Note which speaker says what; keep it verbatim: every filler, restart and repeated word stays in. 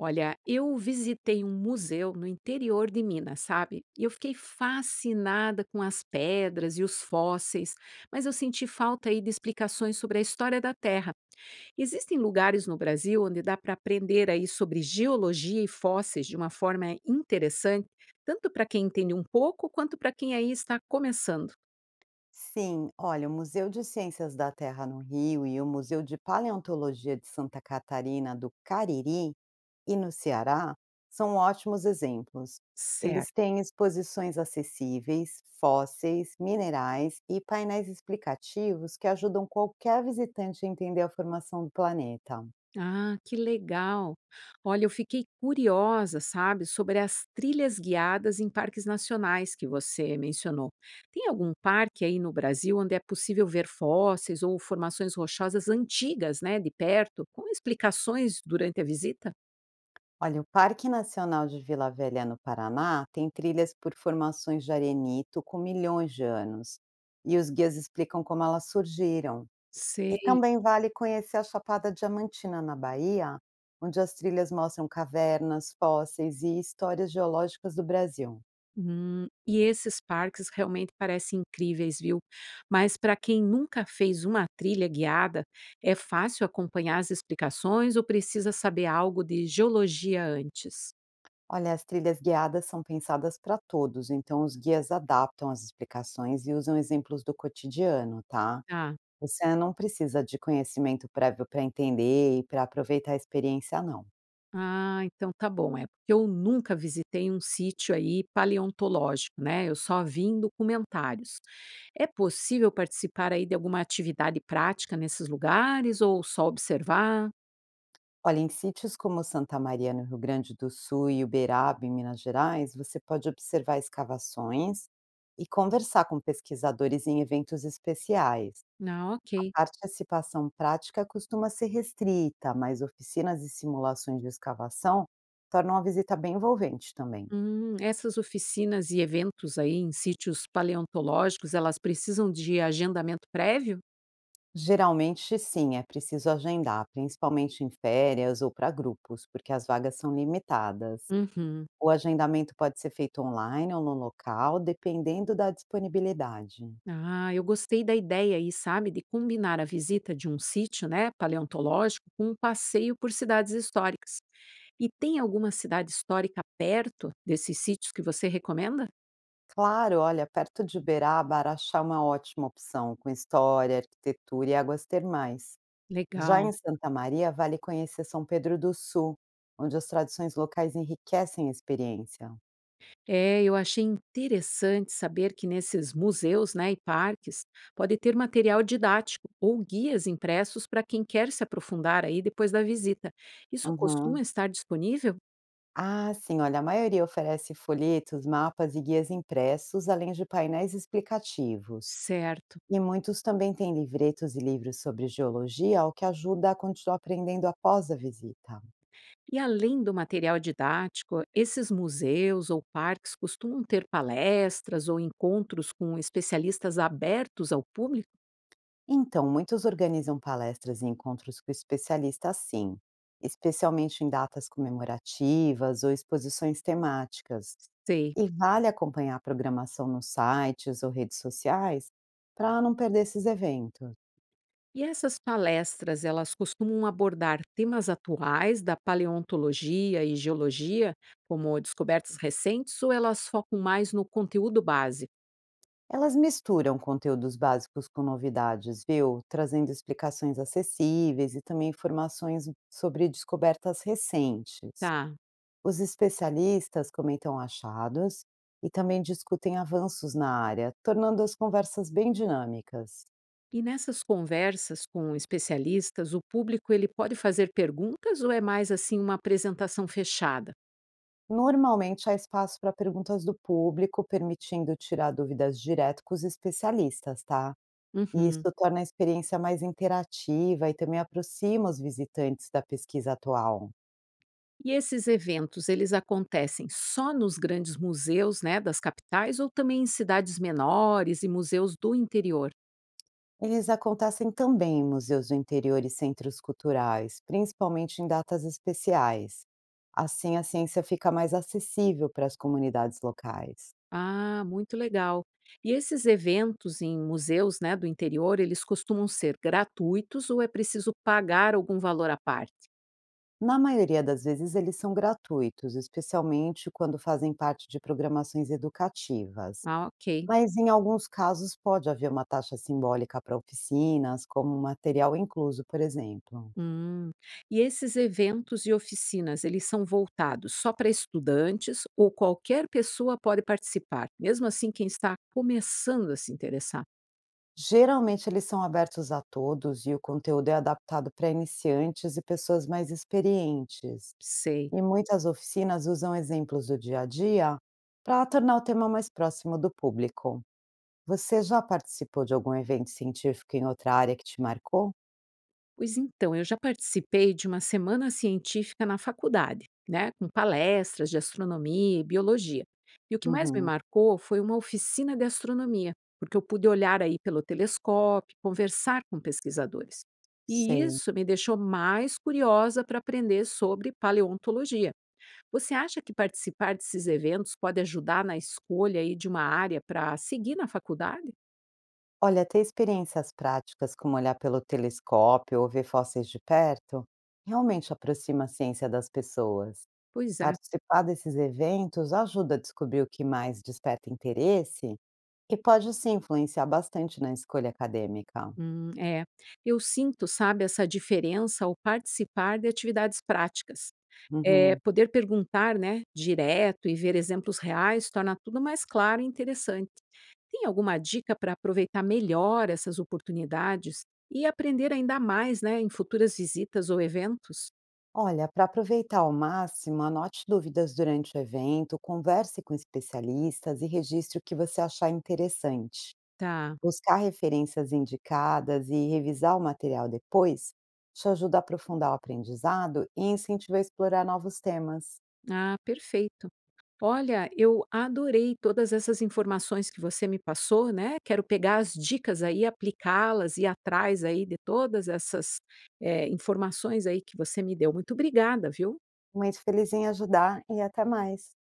Speaker 1: Olha, eu visitei um museu no interior de Minas, sabe? E eu fiquei fascinada com as pedras e os fósseis, mas eu senti falta aí de explicações sobre a história da Terra. Existem lugares no Brasil onde dá para aprender aí sobre geologia e fósseis de uma forma interessante, tanto para quem entende um pouco quanto para quem aí está começando.
Speaker 2: Sim, olha, o Museu de Ciências da Terra no Rio e o Museu de Paleontologia de Santa Catarina do Cariri e no Ceará são ótimos exemplos. Eles
Speaker 1: Certo?
Speaker 2: têm exposições acessíveis, fósseis, minerais e painéis explicativos que ajudam qualquer visitante a entender a formação do planeta.
Speaker 1: Ah, que legal! Olha, eu fiquei curiosa, sabe, sobre as trilhas guiadas em parques nacionais que você mencionou. Tem algum parque aí no Brasil onde é possível ver fósseis ou formações rochosas antigas, né, de perto, com explicações durante a visita?
Speaker 2: Olha, o Parque Nacional de Vila Velha, no Paraná, tem trilhas por formações de arenito com milhões de anos, e os guias explicam como elas surgiram. E
Speaker 1: Sei.
Speaker 2: também vale conhecer a Chapada Diamantina, na Bahia, onde as trilhas mostram cavernas, fósseis e histórias geológicas do Brasil.
Speaker 1: Hum, e esses parques realmente parecem incríveis, viu? Mas para quem nunca fez uma trilha guiada, é fácil acompanhar as explicações ou precisa saber algo de geologia antes?
Speaker 2: Olha, as trilhas guiadas são pensadas para todos, então os guias adaptam as explicações e usam exemplos do cotidiano, tá?
Speaker 1: Tá.
Speaker 2: Você não precisa de conhecimento prévio para entender e para aproveitar a experiência, não.
Speaker 1: Ah, então tá bom. É porque eu nunca visitei um sítio aí paleontológico, né? Eu só vi em documentários. É possível participar aí de alguma atividade prática nesses lugares ou só observar?
Speaker 2: Olha, em sítios como Santa Maria, no Rio Grande do Sul, e Uberaba, em Minas Gerais, você pode observar escavações e conversar com pesquisadores em eventos especiais.
Speaker 1: Ah,
Speaker 2: A
Speaker 1: ok.
Speaker 2: participação prática costuma ser restrita, mas oficinas e simulações de escavação tornam a visita bem envolvente também.
Speaker 1: Hum, essas oficinas e eventos aí em sítios paleontológicos, elas precisam de agendamento prévio?
Speaker 2: Geralmente, sim, é preciso agendar, principalmente em férias ou para grupos, porque as vagas são limitadas.
Speaker 1: Uhum.
Speaker 2: O agendamento pode ser feito online ou no local, dependendo da disponibilidade.
Speaker 1: Ah, eu gostei da ideia aí, sabe, de combinar a visita de um sítio, né, paleontológico com um passeio por cidades históricas. E tem alguma cidade histórica perto desses sítios que você recomenda?
Speaker 2: Claro, olha, perto de Uberaba, Araxá é uma ótima opção, com história, arquitetura e águas termais. Já
Speaker 1: Legal.
Speaker 2: em Santa Maria, vale conhecer São Pedro do Sul, onde as tradições locais enriquecem a experiência.
Speaker 1: É, eu achei interessante saber que nesses museus, né, e parques, pode ter material didático ou guias impressos para quem quer se aprofundar aí depois da visita. Isso costuma
Speaker 2: Uhum.
Speaker 1: estar disponível?
Speaker 2: Ah, sim, olha, a maioria oferece folhetos, mapas e guias impressos, além de painéis explicativos.
Speaker 1: Certo.
Speaker 2: E muitos também têm livretos e livros sobre geologia, o que ajuda a continuar aprendendo após a visita.
Speaker 1: E além do material didático, esses museus ou parques costumam ter palestras ou encontros com especialistas abertos ao público?
Speaker 2: Então, muitos organizam palestras e encontros com especialistas sim, especialmente em datas comemorativas ou exposições temáticas.
Speaker 1: Sei.
Speaker 2: E vale acompanhar a programação nos sites ou redes sociais para não perder esses eventos.
Speaker 1: E essas palestras, elas costumam abordar temas atuais da paleontologia e geologia, como descobertas recentes, ou elas focam mais no conteúdo básico?
Speaker 2: Elas misturam conteúdos básicos com novidades, viu? Trazendo explicações acessíveis e também informações sobre descobertas recentes.
Speaker 1: Tá.
Speaker 2: Os especialistas comentam achados e também discutem avanços na área, tornando as conversas bem dinâmicas.
Speaker 1: E nessas conversas com especialistas, o público ele pode fazer perguntas ou é mais assim uma apresentação fechada?
Speaker 2: Normalmente há espaço para perguntas do público, permitindo tirar dúvidas direto com os especialistas, tá? E isso
Speaker 1: Uhum.
Speaker 2: torna a experiência mais interativa e também aproxima os visitantes da pesquisa atual.
Speaker 1: E esses eventos, eles acontecem só nos grandes museus, né, das capitais ou também em cidades menores e museus do interior?
Speaker 2: Eles acontecem também em museus do interior e centros culturais, principalmente em datas especiais. Assim, a ciência fica mais acessível para as comunidades locais.
Speaker 1: Ah, muito legal. E esses eventos em museus, né, do interior, eles costumam ser gratuitos ou é preciso pagar algum valor à parte?
Speaker 2: Na maioria das vezes, eles são gratuitos, especialmente quando fazem parte de programações educativas.
Speaker 1: Ah, ok.
Speaker 2: Mas, em alguns casos, pode haver uma taxa simbólica para oficinas, como um material incluso, por exemplo.
Speaker 1: Hum. E esses eventos e oficinas, eles são voltados só para estudantes ou qualquer pessoa pode participar, mesmo assim quem está começando a se interessar?
Speaker 2: Geralmente eles são abertos a todos e o conteúdo é adaptado para iniciantes e pessoas mais experientes.
Speaker 1: Sei.
Speaker 2: E muitas oficinas usam exemplos do dia a dia para tornar o tema mais próximo do público. Você já participou de algum evento científico em outra área que te marcou?
Speaker 1: Pois então, eu já participei de uma semana científica na faculdade, né, com palestras de astronomia e biologia. E o que mais me
Speaker 2: Uhum,
Speaker 1: marcou foi uma oficina de astronomia, porque eu pude olhar aí pelo telescópio, conversar com pesquisadores. E
Speaker 2: sei.
Speaker 1: isso me deixou mais curiosa para aprender sobre paleontologia. Você acha que participar desses eventos pode ajudar na escolha aí de uma área para seguir na faculdade?
Speaker 2: Olha, ter experiências práticas como olhar pelo telescópio ou ver fósseis de perto realmente aproxima a ciência das pessoas.
Speaker 1: Pois é.
Speaker 2: Participar desses eventos ajuda a descobrir o que mais desperta interesse e pode sim influenciar bastante na escolha acadêmica.
Speaker 1: Hum, é. Eu sinto, sabe, essa diferença ao participar de atividades práticas. É,
Speaker 2: Uhum.
Speaker 1: poder perguntar, né, direto e ver exemplos reais torna tudo mais claro e interessante. Tem alguma dica para aproveitar melhor essas oportunidades e aprender ainda mais, né, em futuras visitas ou eventos?
Speaker 2: Olha, para aproveitar ao máximo, anote dúvidas durante o evento, converse com especialistas e registre o que você achar interessante.
Speaker 1: Tá.
Speaker 2: Buscar referências indicadas e revisar o material depois te ajuda a aprofundar o aprendizado e incentiva a explorar novos temas.
Speaker 1: Ah, perfeito. Olha, eu adorei todas essas informações que você me passou, né? Quero pegar as dicas aí, aplicá-las e atrás aí de todas essas eh, informações aí que você me deu. Muito obrigada, viu?
Speaker 2: Muito feliz em ajudar e até mais!